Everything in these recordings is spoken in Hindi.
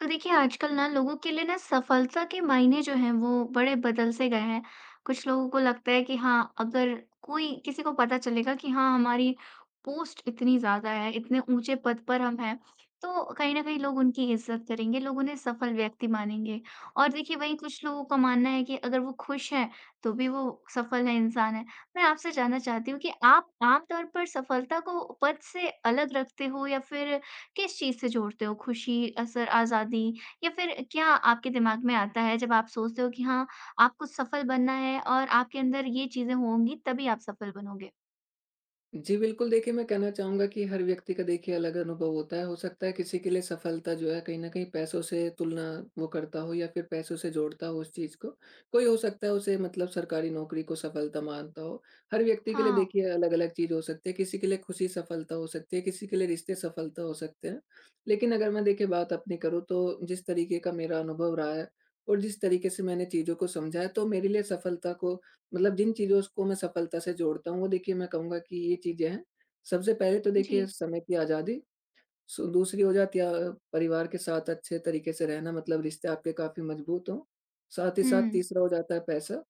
तो देखिए, आजकल ना लोगों के लिए ना सफलता के मायने जो हैं वो बड़े बदल से गए हैं। कुछ लोगों को लगता है कि हाँ, अगर कोई किसी को पता चलेगा कि हाँ, हमारी पोस्ट इतनी ज़्यादा है, इतने ऊँचे पद पर हम हैं, तो कहीं न कहीं लोग उनकी इज़्ज़त करेंगे, लोग उन्हें सफल व्यक्ति मानेंगे। और देखिए वहीं कुछ लोगों का मानना है कि अगर वो खुश हैं, तो भी वो सफल है, इंसान है। मैं आपसे जानना चाहती हूँ कि आप आम तौर पर सफलता को पद से अलग रखते हो या फिर किस चीज़ से जोड़ते हो? खुशी, असर, आज़ादी या फिर क्या आपके दिमाग में आता है जब आप सोचते हो कि हाँ, आपको सफल बनना है और आपके अंदर ये चीज़ें होंगी तभी आप सफल बनोगे? जी, बिल्कुल देखिए, मैं कहना चाहूँगा कि हर व्यक्ति का देखिए अलग अनुभव होता है। हो सकता है किसी के लिए सफलता जो है कहीं न कहीं पैसों से तुलना वो करता हो या फिर पैसों से जोड़ता हो उस चीज़ को। कोई हो सकता है उसे मतलब सरकारी नौकरी को सफलता मानता हो। हर व्यक्ति के लिए हाँ, देखिए अलग-अलग चीज़ हो सकती है। किसी के लिए खुशी सफलता हो सकती है, किसी के लिए रिश्ते सफलता हो सकते हैं। लेकिन अगर मैं देखिए बात अपनी करूँ तो जिस तरीके का मेरा अनुभव रहा है और जिस तरीके से मैंने चीज़ों को समझा है, तो मेरे लिए सफलता को मतलब जिन चीज़ों को मैं सफलता से जोड़ता हूँ, वो देखिए मैं कहूँगा कि ये चीज़ें हैं। सबसे पहले तो जी। देखिए समय की आज़ादी, सो दूसरी हो जाती है परिवार के साथ अच्छे तरीके से रहना मतलब रिश्ते आपके काफ़ी मजबूत हों। साथ ही साथ हुँ, तीसरा हो जाता है पैसा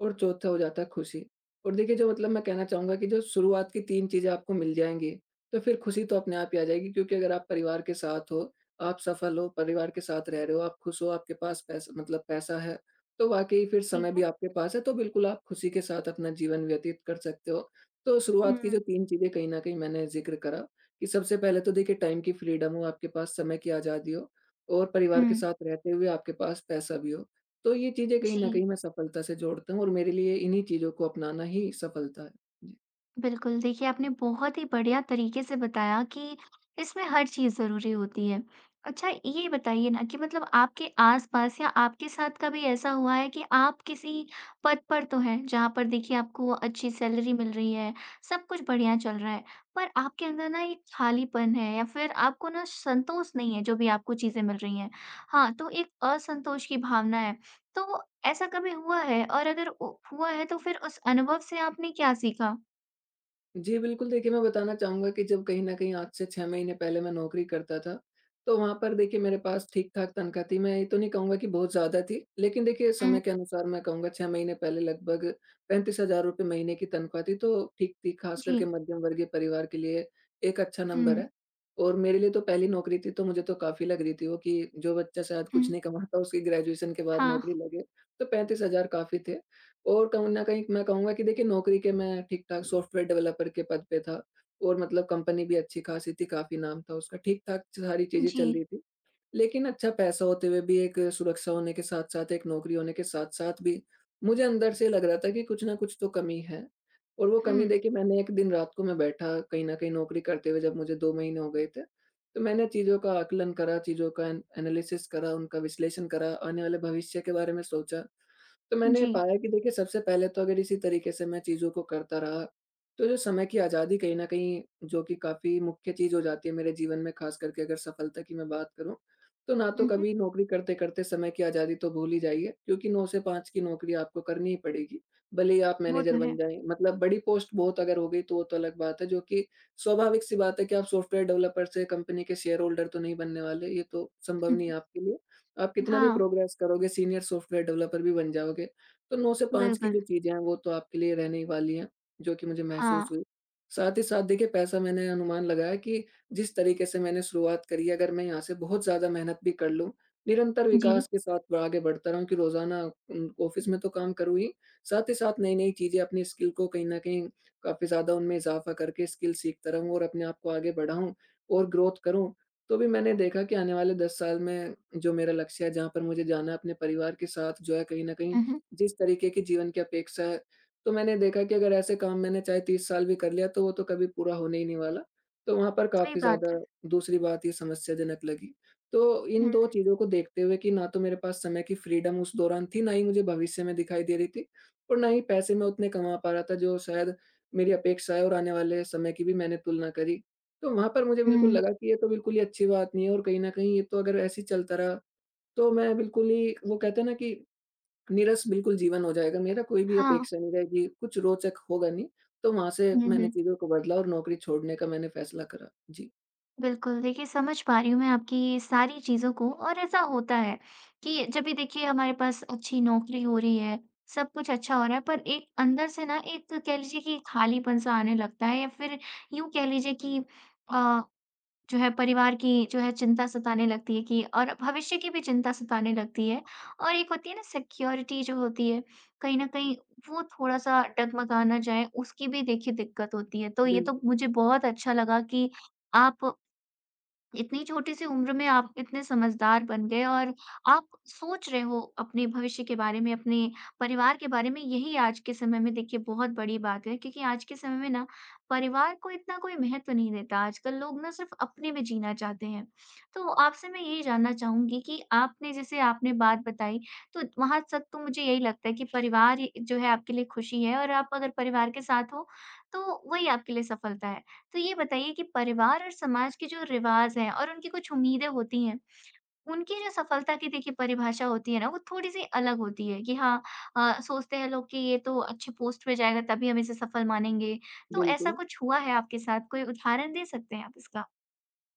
और चौथा हो जाता है खुशी। और देखिए जो मतलब मैं कहना चाहूँगा कि जो शुरुआत की 3 चीज़ें आपको मिल जाएँगी, तो फिर खुशी तो अपने आप ही आ जाएगी, क्योंकि अगर आप परिवार के साथ हो, आप सफल हो, परिवार के साथ रह रहे हो, आप खुश हो, आपके पास पैसा मतलब पैसा है, तो वाक़ई फिर ठीक समय भी है। आपके पास है, तो बिल्कुल आप खुशी के साथ अपना जीवन व्यतीत कर सकते हो। तो शुरुआत की जो हुँ, 3 चीज़ें कहीं न कहीं मैंने ज़िक्र करा कि सबसे पहले तो देखिए टाइम की फ्रीडम हो, आपके पास समय की आज़ादी हो और परिवार के हुँ, साथ रहते हुए आपके पास पैसा भी हो। तो ये चीज़ें कहीं न जी। कहीं मैं सफलता से जोड़ता हूँ और मेरे लिए इन्हीं चीज़ों को अपनाना ही सफलता है। जी। बिल्कुल, देखिए आपने बहुत ही बढ़िया तरीके से बताया कि इसमें हर चीज़ ज़रूरी होती है। अच्छा ये बताइए ना कि मतलब आपके आस-पास या आपके साथ कभी ऐसा हुआ है कि आप किसी पद पर तो हैं, जहाँ पर देखिए आपको अच्छी सैलरी मिल रही है, सब कुछ बढ़िया चल रहा है, पर आपके अंदर ना एक खालीपन है या फिर आपको ना संतोष नहीं है जो भी आपको चीज़ें मिल रही हैं। हाँ, तो एक असंतोष की भावना है, तो ऐसा कभी हुआ है? और अगर उ हुआ है तो फिर उस अनुभव से आपने क्या सीखा? जी, बिल्कुल देखिए, मैं बताना चाहूँगा कि जब कहीं न कहीं आज से 6 महीने पहले मैं नौकरी करता था, तो वहाँ पर देखिए मेरे पास ठीक-ठाक तनख्वाह थी। मैं ये तो नहीं कहूँगा कि बहुत ज़्यादा थी, लेकिन देखिए समय के अनुसार मैं कहूँगा 6 महीने पहले लगभग ₹35,000 महीने की तनख्वाह थी, तो ठीक थी। खास जी। करके मध्यम वर्गीय परिवार के लिए एक अच्छा हुँ, नंबर है। और मेरे लिए तो पहली नौकरी थी, तो मुझे तो काफ़ी लग रही थी वो, कि जो बच्चा शायद कुछ हुँ। नहीं कमाता, उसकी ग्रेजुएशन के बाद हाँ, नौकरी लगे, तो 35,000 काफ़ी थे। और कहूँ न कहीं मैं कहूँगा कि देखिए नौकरी के मैं ठीक-ठाक सॉफ्टवेयर डेवलपर के पद पे था और मतलब कंपनी भी अच्छी-खासी थी, काफ़ी नाम था उसका, ठीक-ठाक सारी चीज़ें जी। चल रही थी। लेकिन अच्छा पैसा होते हुए भी, एक सुरक्षा होने के साथ-साथ, एक नौकरी होने के साथ-साथ भी मुझे अंदर से लग रहा था कि कुछ न कुछ तो कमी है। और वो हुँ, कमी देखिए मैंने एक दिन रात को मैं बैठा कहीं न कहीं नौकरी करते हुए, जब मुझे 2 महीने हो गए थे, तो मैंने चीज़ों का आकलन करा, चीज़ों का एन एनालिसिस करा, उनका विश्लेषण करा, आने वाले भविष्य के बारे में सोचा। तो मैंने जी। पाया कि देखिए सबसे पहले तो अगर इसी तरीके से मैं चीज़ों को करता रहा, तो जो समय की आज़ादी कहीं न कहीं, जो कि काफ़ी मुख्य चीज़ हो जाती है मेरे जीवन में ख़ास करके अगर सफलता की मैं बात करूँ, तो ना तो हुँ, हुँ। कभी नौकरी करते-करते समय की आज़ादी तो भूल ही जाइए, क्योंकि 9 से 5 की नौकरी आपको करनी ही पड़ेगी। भले ही आप वो मैनेजर तो बन है। जाएँ, मतलब बड़ी पोस्ट बहुत अगर हो गई तो वो तो अलग बात है, जो कि स्वाभाविक सी बात है कि आप सॉफ्टवेयर डेवलपर से कंपनी के शेयर होल्डर तो नहीं बनने वाले, ये तो संभव हुँ, नहीं हुँ। है आपके लिए। आप कितना भी हाँ, प्रोग्रेस करोगे, सीनियर सॉफ्टवेयर डेवलपर भी बन जाओगे। तो 9 से 5 की बिल्कुल। जो चीज़ें हैं, वो तो आपके लिए रहने ही वाली हैं, जो कि मुझे हाँ, महसूस हुई। साथ ही साथ देखिए पैसा मैंने अनुमान लगाया कि जिस तरीके से मैंने शुरुआत करी है, अगर मैं यहाँ से बहुत ज़्यादा मेहनत भी कर लूँ, निरंतर जी। विकास के साथ ब आगे बढ़ता रहूँ, कि रोज़ाना ऑफ़िस में तो काम करूँ ही साथ नई-नई चीज़ें अपनी स्किल को कहीं न कहीं काफ़ी ज़्यादा उनमें इज़ाफ़ा करके स्किल सीखता रहूँ और अपने आप को आगे बढ़ाऊँ और ग्रोथ करूँ। तो भी मैंने देखा कि आने वाले 10 साल में जो मेरा लक्ष्य है, जहाँ पर मुझे जाना है अपने परिवार के साथ, जो है कहीं न कहीं हुँ, हुँ। जिस तरीके की जीवन की अपेक्षा है, तो मैंने देखा कि अगर ऐसे काम मैंने चाहे 30 साल भी कर लिया, तो वो तो कभी पूरा होने ही नहीं वाला। तो वहाँ पर सही काफ़ी बात ज़्यादा है। दूसरी बात ये समस्याजनक लगी। तो इन हुँ, 2 चीज़ों को देखते हुए कि ना तो मेरे पास समय की फ्रीडम उस दौरान थी, ना ही मुझे भविष्य में दिखाई दे रही थी, और ना ही पैसे मैं उतने कमा पा रहा था जो शायद मेरी अपेक्षा है, और आने वाले समय की भी मैंने तुलना करी। तो वहाँ पर मुझे बिल्कुल हुँ। लगा कि ये तो बिल्कुल ही अच्छी बात नहीं है और कहीं न कहीं ये तो अगर ऐसे ही चलता रहा, तो मैं बिल्कुल ही, वो कहते हैं ना कि नीरस बिल्कुल जीवन हो जाएगा मेरा, कोई भी हाँ। अपेक्षा नहीं रहेगी, कुछ रोचक होगा नहीं, तो वहाँ से हुँ, मैंने हुँ। चीज़ों को बदला और नौकरी छोड़ने का मैंने फैसला करा। जी, बिल्कुल, देखिए समझ पा रही हूँ मैं आपकी सारी चीज़ों को और ऐसा होता है कि जब भी देखिए हमारे पास अच्छी नौकरी हो रही है, सब कुछ अच्छा हो रहा है पर एक अंदर से ना एक कह लीजिए कि खालीपन-सा आने लगता है या फिर यूँ कह लीजिए कि अ जो है परिवार की जो है चिंता सताने लगती है कि और भविष्य की भी चिंता सताने लगती है। और एक होती है ना सिक्योरिटी जो होती है, कहीं न कहीं वो थोड़ा-सा डगमगा ना जाए उसकी भी देखिए दिक्कत होती है। तो हुँ, ये बिल्कुल, तो हुँ। मुझे बहुत अच्छा लगा कि आप इतनी छोटी-सी उम्र में आप इतने समझदार बन गए और आप सोच रहे हो अपने भविष्य के बारे में, अपने परिवार के बारे में, यही आज के समय में देखिए बहुत बड़ी बात है क्योंकि आज के समय में ना परिवार को इतना कोई महत्व नहीं देता। आजकल लोग ना सिर्फ़ अपने में जीना चाहते हैं। तो आपसे मैं यही जानना चाहूँगी कि आपने जैसे आपने बात बताई, तो वहाँ तक तो मुझे यही लगता है कि परिवार ही जो है आपके लिए खुशी है और आप अगर परिवार के साथ हो, तो वही आपके लिए सफलता है। तो ये बताइए कि परिवार और समाज के जो रिवाज हैं और उनकी कुछ उम्मीदें होती हैं, उनकी जो सफलता की देखिए परिभाषा होती है ना, वो थोड़ी-सी अलग होती है कि हाँ सोचते हैं लोग कि ये तो अच्छे पोस्ट पे जाएगा तभी हम इसे सफल मानेंगे। तो ऐसा बिल्कुल। कुछ हुआ है आपके साथ? कोई उदाहरण दे सकते हैं आप इसका?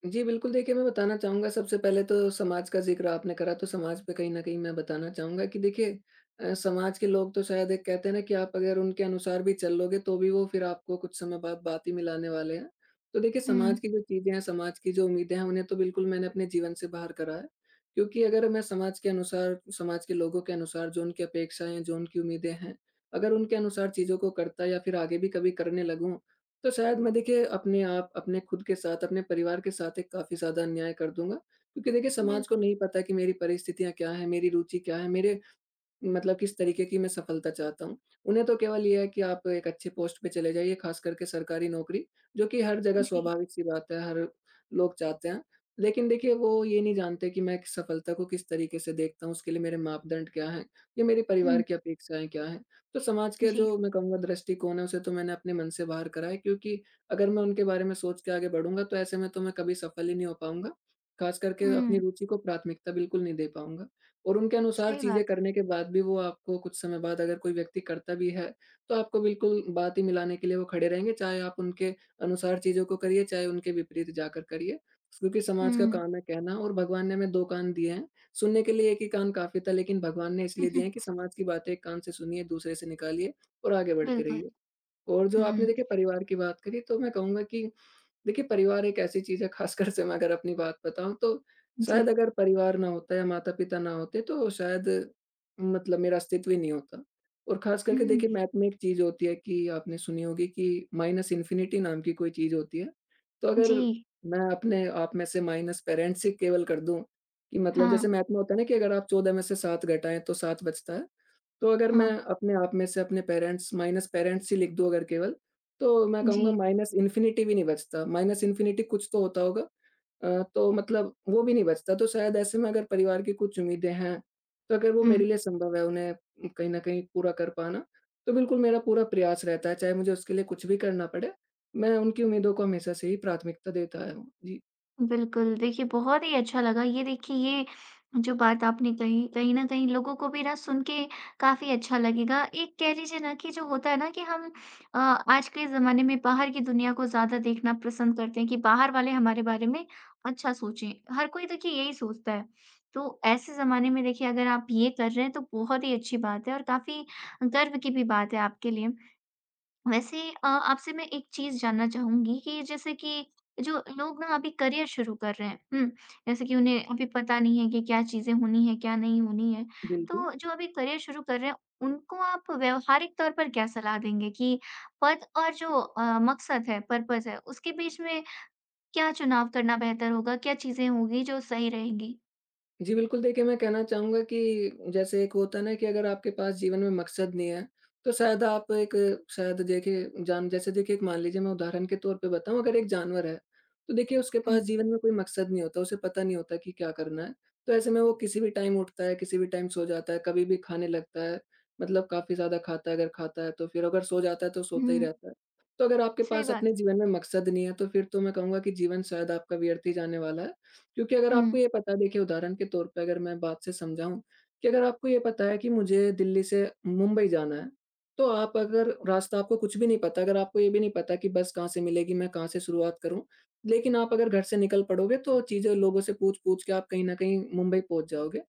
जी, बिल्कुल देखिए, मैं बताना चाहूँगा, सबसे पहले तो समाज का ज़िक्र आपने करा, तो समाज पे कहीं न कहीं मैं बताना चाहूँगा कि देखिए समाज के लोग तो शायद एक कहते हैं ना कि आप अगर उनके अनुसार भी चल लोगे तो भी वो फिर आपको कुछ समय बाद बात ही मिलाने वाले हैं। तो देखिए हुँ, समाज की जो चीज़ें हैं, समाज की जो उम्मीदें हैं, उन्हें तो बिल्कुल मैंने अपने जीवन से बाहर करा है। क्योंकि अगर मैं समाज के अनुसार, समाज के लोगों के अनुसार जो उनकी अपेक्षाएँ हैं, जो उनकी उम्मीदें हैं, अगर उनके अनुसार चीज़ों को करता या फिर आगे भी कभी करने लगूँ, तो शायद मैं देखिए अपने आप, अपने खुद के साथ, अपने परिवार के साथ एक काफ़ी ज़्यादा अन्याय कर दूँगा। क्योंकि देखिए समाज को बिल्कुल। नहीं पता कि मेरी परिस्थितियाँ क्या हैं, मेरी रुचि क्या है, मेरे मतलब किस तरीके की मैं सफलता चाहता हूँ। उन्हें तो केवल ये है कि आप एक अच्छे पोस्ट पे चले जाइए, ख़ास करके सरकारी नौकरी, जो कि हर जगह जी। स्वाभाविक-सी बात है, हर लोग चाहते हैं। लेकिन देखिए, वो ये नहीं जानते कि मैं सफलता को किस तरीके से देखता हूँ, उसके लिए मेरे मापदंड क्या हैं, या मेरे हुँ, परिवार की अपेक्षाएँ क्या हैं। तो समाज के जी। जो मैं कहूँगा दृष्टिकोण है, उसे तो मैंने अपने मन से बाहर करा है, क्योंकि अगर मैं उनके बारे में सोच के आगे बढ़ूँगा, तो ऐसे में तो मैं कभी सफल ही नहीं हो पाऊँगा। ख़ास करके अपनी हुँ, रुचि को प्राथमिकता बिल्कुल नहीं दे पाऊँगा। और उनके अनुसार सही चीज़ें बात है। करने के बाद भी वो आपको कुछ समय बाद, अगर कोई व्यक्ति करता भी है, तो आपको बिल्कुल बातें मिलाने के लिए वो खड़े रहेंगे, चाहे आप उनके अनुसार चीज़ों को करिए, चाहे उनके विपरीत जाकर करिए। क्योंकि समाज का हुँ। काम है कहना, और भगवान ने हमें 2 कान दिए हैं, सुनने के लिए 1 ही कान काफ़ी था, लेकिन भगवान ने इसलिए दिए हैं कि समाज की बातें एक कान से सुनिए, दूसरे से निकालिए और आगे बढ़ते बिल्कुल। रहिए। और जो आपने देखिए हुँ, परिवार की बात करी, तो मैं कहूँगा कि देखिए परिवार एक ऐसी चीज़ है, ख़ासकर से मैं अगर अपनी बात बताऊँ तो जी। शायद अगर परिवार ना होता या माता-पिता ना होते, तो शायद मतलब मेरा अस्तित्व ही नहीं होता। और ख़ास करके हुँ, देखिए मैथ में एक चीज़ होती है, कि आपने सुनी होगी कि माइनस इन्फिनिटी नाम की कोई चीज़ होती है। तो अगर जी। मैं अपने आप में से माइनस पेरेंट्स ही केवल कर दूँ, कि मतलब हाँ, जैसे मैथ में होता है ना कि अगर आप 14 में से 7 घटाएँ तो 7 बचता है। तो अगर हाँ। मैं अपने आप में से अपने पेरेंट्स माइनस पेरेंट्स ही लिख दूँ अगर केवल, तो मैं कहूँगा जी। माइनस इन्फिनिटी भी नहीं बचता। माइनस इन्फिनिटी कुछ तो होता होगा। तो मतलब वो भी नहीं बचता। तो शायद ऐसे में अगर परिवार की कुछ उम्मीदें हैं, तो अगर वो हुँ। मेरे लिए संभव है उन्हें कहीं न कहीं पूरा कर पाना, तो बिल्कुल मेरा पूरा प्रयास रहता है, चाहे मुझे उसके लिए कुछ भी करना पड़े। मैं उनकी उम्मीदों को हमेशा से ही प्राथमिकता देता आया हूँ। जी, बिल्कुल, देखिए बहुत ही अच्छा लगा ये देखिए ये जो बात आपने कही, कहीं न कहीं लोगों को भी ना सुन के काफ़ी अच्छा लगेगा। एक कह लीजिए ना कि जो होता है ना कि हम आज के ज़माने में बाहर की दुनिया को ज़्यादा देखना पसंद करते हैं कि बाहर वाले हमारे बारे में अच्छा सोचें। हर कोई तो देखिए यही सोचता है। तो ऐसे ज़माने में देखिए अगर आप ये कर रहे हैं तो बहुत ही अच्छी बात है और काफ़ी गर्व की भी बात है आपके लिए। वैसे आपसे मैं एक चीज़ जानना चाहूँगी कि जैसे कि जो लोग ना अभी करियर शुरू कर रहे हैं, हुँ, जैसे कि उन्हें अभी पता नहीं है कि क्या चीज़ें होनी है, क्या नहीं होनी है। बिल्कुल। तो जो अभी करियर शुरू कर रहे हैं, उनको आप व्यावहारिक तौर पर क्या सलाह देंगे कि पद और जो मकसद है, पर्पज़ है, उसके बीच में क्या चुनाव करना बेहतर होगा? क्या चीज़ें होंगी जो सही रहेंगी? जी, बिल्कुल देखिए, मैं कहना चाहूँगा कि जैसे एक होता है ना कि अगर आपके पास जीवन में मकसद नहीं है, तो शायद आप एक शायद देखिए जान जैसे देखिए एक मान लीजिए मैं उदाहरण के तौर पे बताऊँ, अगर एक जानवर है, तो देखिए उसके हुँ, पास जीवन में कोई मकसद नहीं होता, उसे पता नहीं होता कि क्या करना है। तो ऐसे में वो किसी भी टाइम उठता है, किसी भी टाइम सो जाता है, कभी भी खाने लगता है, मतलब काफ़ी ज़्यादा खाता है अगर खाता है तो फिर अगर सो जाता है तो सोता ही हुँ, रहता है। तो अगर आपके सही पास बात। अपने जीवन में मकसद नहीं है, तो फिर तो मैं कहूँगा कि जीवन शायद आपका व्यर्थ ही जाने वाला है। क्योंकि अगर हुँ, आपको ये पता है देखिए उदाहरण के तौर पे अगर मैं बात से समझाऊँ कि अगर आपको ये पता है कि मुझे दिल्ली से मुंबई जाना है, तो आप अगर रास्ता आपको कुछ भी नहीं पता, अगर आपको ये भी नहीं पता कि बस कहाँ से मिलेगी, मैं कहाँ से शुरुआत करूँ, लेकिन आप अगर घर से निकल पड़ोगे तो चीज़ें लोगों से पूछ-पूछ के आप कहीं न कहीं मुंबई पहुँच जाओगे।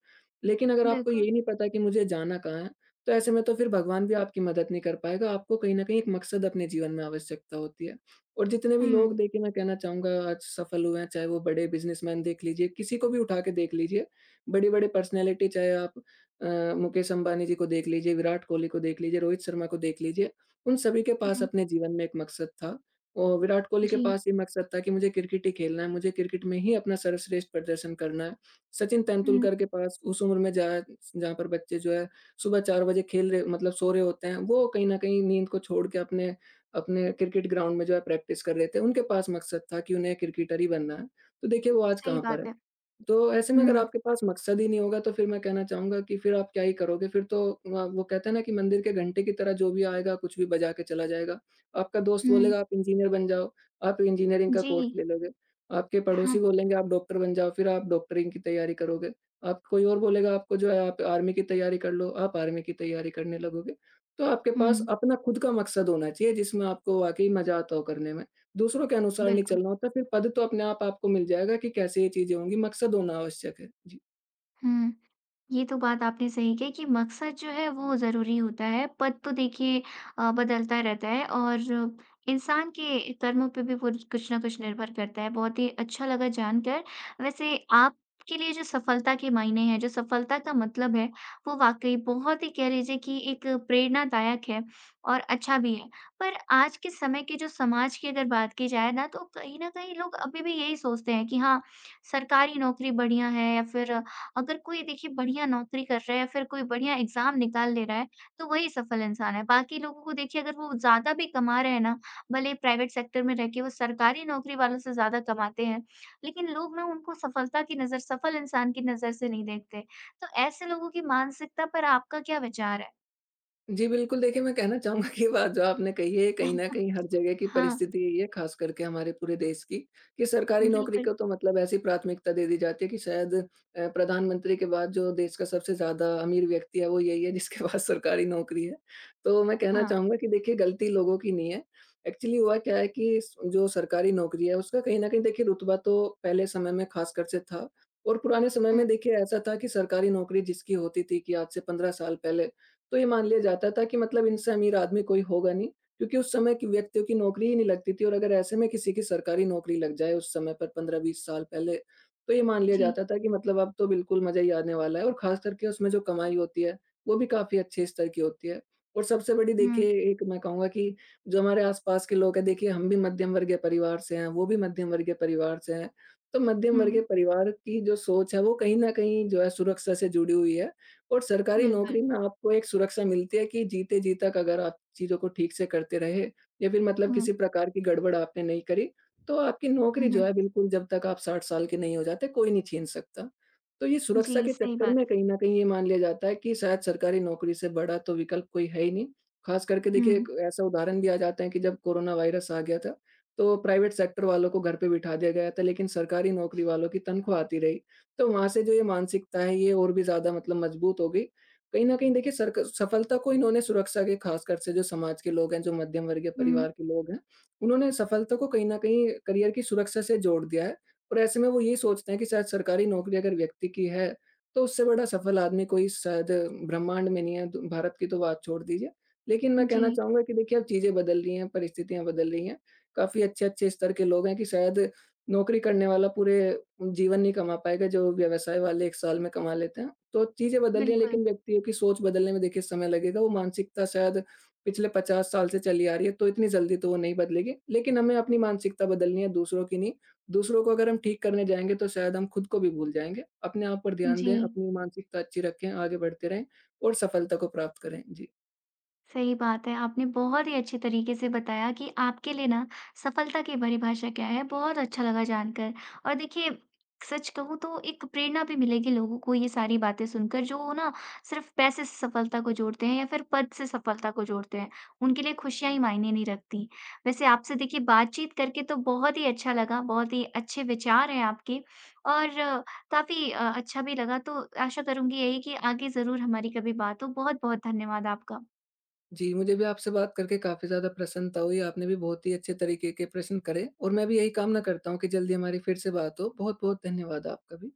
लेकिन अगर आपको बिल्कुल। यही नहीं पता कि मुझे जाना कहाँ है, तो ऐसे में तो फिर भगवान भी आपकी मदद नहीं कर पाएगा, आपको कहीं न कहीं एक मकसद अपने जीवन में आवश्यकता होती है। और जितने भी हुँ, लोग देखिए मैं कहना चाहूँगा आज सफल हुए हैं, चाहे वो बड़े बिज़नेसमैन देख लीजिए, किसी को भी उठा के देख लीजिए, बड़े-बड़े पर्सनैलिटी चाहे आप अ, मुकेश अंबानी जी को देख लीजिए, विराट कोहली को देख लीजिए, रोहित शर्मा को देख लीजिए, उन सभी के पास हुँ, अपने जीवन में एक मकसद था। और विराट कोहली के जी। पास ये मकसद था कि मुझे क्रिकेट ही खेलना है, मुझे क्रिकेट में ही अपना सर्वश्रेष्ठ प्रदर्शन करना है। सचिन हुँ, तेंदुलकर के पास उस उम्र में जहाँ जहाँ पर बच्चे जो है सुबह 4 बजे खेल रहे मतलब सो रहे होते हैं, वो कहीं न कहीं नींद को छोड़ के अपने अपने क्रिकेट ग्राउंड में जो है प्रैक्टिस कर रहे थे, उनके पास मकसद था कि उन्हें क्रिकेटर ही बनना है। तो देखिए वो आज सही कहाँ पर बात है। है। तो ऐसे में अगर हुँ, आपके पास मकसद ही नहीं होगा तो फिर मैं कहना चाहूँगा कि फिर आप क्या ही करोगे? फिर तो वो कहते हैं ना कि मंदिर के घंटे की तरह जो भी आएगा कुछ भी बजा के चला जाएगा। आपका दोस्त हुँ, बोलेगा आप इंजीनियर बन जाओ, आप इंजीनियरिंग का जी। कोर्स ले लोगे। आपके हाँ, पड़ोसी बोलेंगे आप डॉक्टर बन जाओ, फिर आप डॉक्टरिंग की तैयारी करोगे। आप कोई और बोलेगा आपको जो है आप आर्मी की तैयारी कर लो, आप आर्मी की तैयारी करने लगोगे। तो आपके पास हुँ, अपना खुद का मकसद होना चाहिए जिसमें आपको वाक़ई मज़ा आता हो करने में। दूसरों के अनुसार नहीं बिल्कुल, चलना होता, फिर पद तो अपने आप आपको मिल जाएगा कि कैसे ये चीज़ें होंगी, मकसद होना आवश्यक है। जी। हुँ। ये तो बात आपने सही कही कि मकसद जो है वो ज़रूरी होता है, पद तो देखिए बदलता रहता है और इंसान के कर्मों पे भी कुछ कुछ ना कुछ निर्भर करता है। बहुत ही अच्छा लगा जानकर। वैसे आपके लिए जो सफलता के मायने हैं, जो सफलता का मतलब है, वो वाक़ई बहुत ही कह लीजिए कि एक प्रेरणादायक है और अच्छा भी है। पर आज के समय के जो समाज की अगर बात की जाए ना, तो कहीं न कहीं लोग अभी भी यही सोचते हैं कि हाँ, सरकारी नौकरी बढ़िया है या फिर अगर कोई देखिए बढ़िया नौकरी कर रहा है या फिर कोई बढ़िया एग्ज़ाम निकाल ले रहा है, तो वही सफल इंसान है। बाकी लोगों को देखिए अगर वो ज़्यादा भी कमा रहे हैं ना, भले ही प्राइवेट सेक्टर में रह के वो सरकारी नौकरी वालों से ज़्यादा कमाते हैं, लेकिन लोग ना उनको सफल इंसान की नज़र से नहीं देखते। तो ऐसे लोगों की मानसिकता पर आपका क्या विचार है? जी, बिल्कुल, देखिए, मैं कहना चाहूँगा कि ये बात जो आपने कही है, कहीं न कहीं हर जगह की हाँ, परिस्थिति यही है, ख़ास करके हमारे पूरे देश की, कि सरकारी नौकरी बिल्कुल। को तो मतलब ऐसी प्राथमिकता दे दी जाती है कि शायद प्रधानमंत्री के बाद जो देश का सबसे ज़्यादा अमीर व्यक्ति है, वो यही है जिसके पास सरकारी नौकरी है। तो मैं कहना हाँ। चाहूँगा कि देखिए, गलती लोगों की नहीं है। एक्चुअली हुआ क्या है कि स जो सरकारी नौकरी है, उसका कहीं न कहीं देखिए रुतबा तो पहले समय में ख़ासकर से था और पुराने समय हुँ, में देखिए ऐसा था कि सरकारी नौकरी जिसकी होती थी कि आज से 15 साल पहले, तो ये मान लिया जाता था कि मतलब इनसे अमीर आदमी कोई होगा नहीं, क्योंकि उस समय की व्यक्तियों की नौकरी ही नहीं लगती थी और अगर ऐसे में किसी की सरकारी नौकरी लग जाए उस समय पर 15-20 साल पहले, तो ये मान लिया जी। जाता था कि मतलब अब तो बिल्कुल मज़ा ही आने वाला है और ख़ास करके उसमें जो कमाई होती है, वो भी काफ़ी अच्छे स्तर की होती है। और सबसे बड़ी हुँ, देखिए एक मैं कहूँगा कि जो हमारे आस-पास के लोग हैं देखिए हम भी मध्यम वर्गीय परिवार से हैं, वो भी मध्यम वर्गीय परिवार से हैं। तो मध्यम वर्गीय हुँ, परिवार की जो सोच है वो कहीं न कहीं जो है सुरक्षा से जुड़ी हुई है और सरकारी बिल्कुल। नौकरी में आपको एक सुरक्षा मिलती है कि जीते जी तक अगर आप चीज़ों को ठीक से करते रहे या फिर मतलब हुँ, किसी प्रकार की गड़बड़ आपने नहीं करी, तो आपकी हुँ, नौकरी जो हुँ। है बिल्कुल जब तक आप 60 साल के नहीं हो जाते कोई नहीं छीन सकता। तो ये जी, सुरक्षा के सही चक्कर बात। में कहीं न कहीं ये मान लिया जाता है कि शायद सरकारी नौकरी से बड़ा तो विकल्प कोई है ही नहीं। ख़ास करके देखिए हुँ, एक ऐसा उदाहरण भी आ जाता है कि जब कोरोना वायरस आ गया था, तो प्राइवेट सेक्टर वालों को घर पे बिठा दिया गया था लेकिन सरकारी नौकरी वालों की तनख्वाह आती रही। तो वहाँ से जो ये मानसिकता है ये और भी ज़्यादा मतलब मजबूत हो गई। कहीं न कहीं देखिए सरक सफलता को इन्होंने सुरक्षा के ख़ासकर से जो समाज के लोग हैं, जो मध्यम वर्गीय हुँ, परिवार के लोग हैं, उन्होंने सफलता को कहीं न कहीं करियर की सुरक्षा से जोड़ दिया है। और ऐसे में वो ये सोचते हैं कि शायद सरकारी नौकरी अगर व्यक्ति की है, तो उससे बड़ा सफल आदमी कोई शायद ब्रह्मांड में नहीं है, तो भारत की तो बात छोड़ दीजिए। लेकिन मैं कहना जी, चाहूँगा कि देखिए अब चीज़ें बदल रही हैं, परिस्थितियाँ बदल रही हैं। काफ़ी अच्छे-अच्छे स्तर के लोग हैं कि शायद नौकरी करने वाला पूरे जीवन नहीं कमा पाएगा जो व्यवसाय वाले 1 साल में कमा लेते हैं। तो चीज़ें बदल रही हैं बिल्कुल। लेकिन व्यक्तियों की सोच बदलने में देखिए समय लगेगा। वो मानसिकता शायद पिछले 50 साल से चली आ रही है तो इतनी जल्दी तो वो नहीं बदलेगी। लेकिन हमें अपनी मानसिकता बदलनी है दूसरों की नहीं। दूसरों को अगर हम ठीक करने जाएँगे तो शायद हम खुद को भी भूल जाएँगे। अपने आप पर ध्यान जी। दें, अपनी मानसिकता अच्छी रखें, आगे बढ़ते रहें और सफलता को प्राप्त करें। जी। सही बात है। आपने बहुत ही अच्छे तरीके से बताया कि आपके लिए ना सफलता की परिभाषा क्या है, बहुत अच्छा लगा जानकर। और देखिए सच कहूँ तो एक प्रेरणा भी मिलेगी लोगों को ये सारी बातें सुनकर जो ना सिर्फ़ पैसे से सफलता को जोड़ते हैं या फिर पद से सफलता को जोड़ते हैं। उनके लिए खुशियाँ ही मायने नहीं रखती। वैसे आपसे देखिए बातचीत करके तो बहुत ही अच्छा लगा, बहुत ही अच्छे विचार हैं आपके और काफ़ी अच्छा भी लगा। तो आशा करूँगी यही कि आगे ज़रूर हमारी कभी बात हो। बहुत-बहुत धन्यवाद आपका। जी, मुझे भी आपसे बात करके काफ़ी ज़्यादा प्रसन्नता हुई। आपने भी बहुत ही अच्छे तरीके के प्रश्न करे और मैं भी यही कामना करता हूँ कि जल्दी हमारी फिर से बात हो। बहुत-बहुत धन्यवाद आपका भी।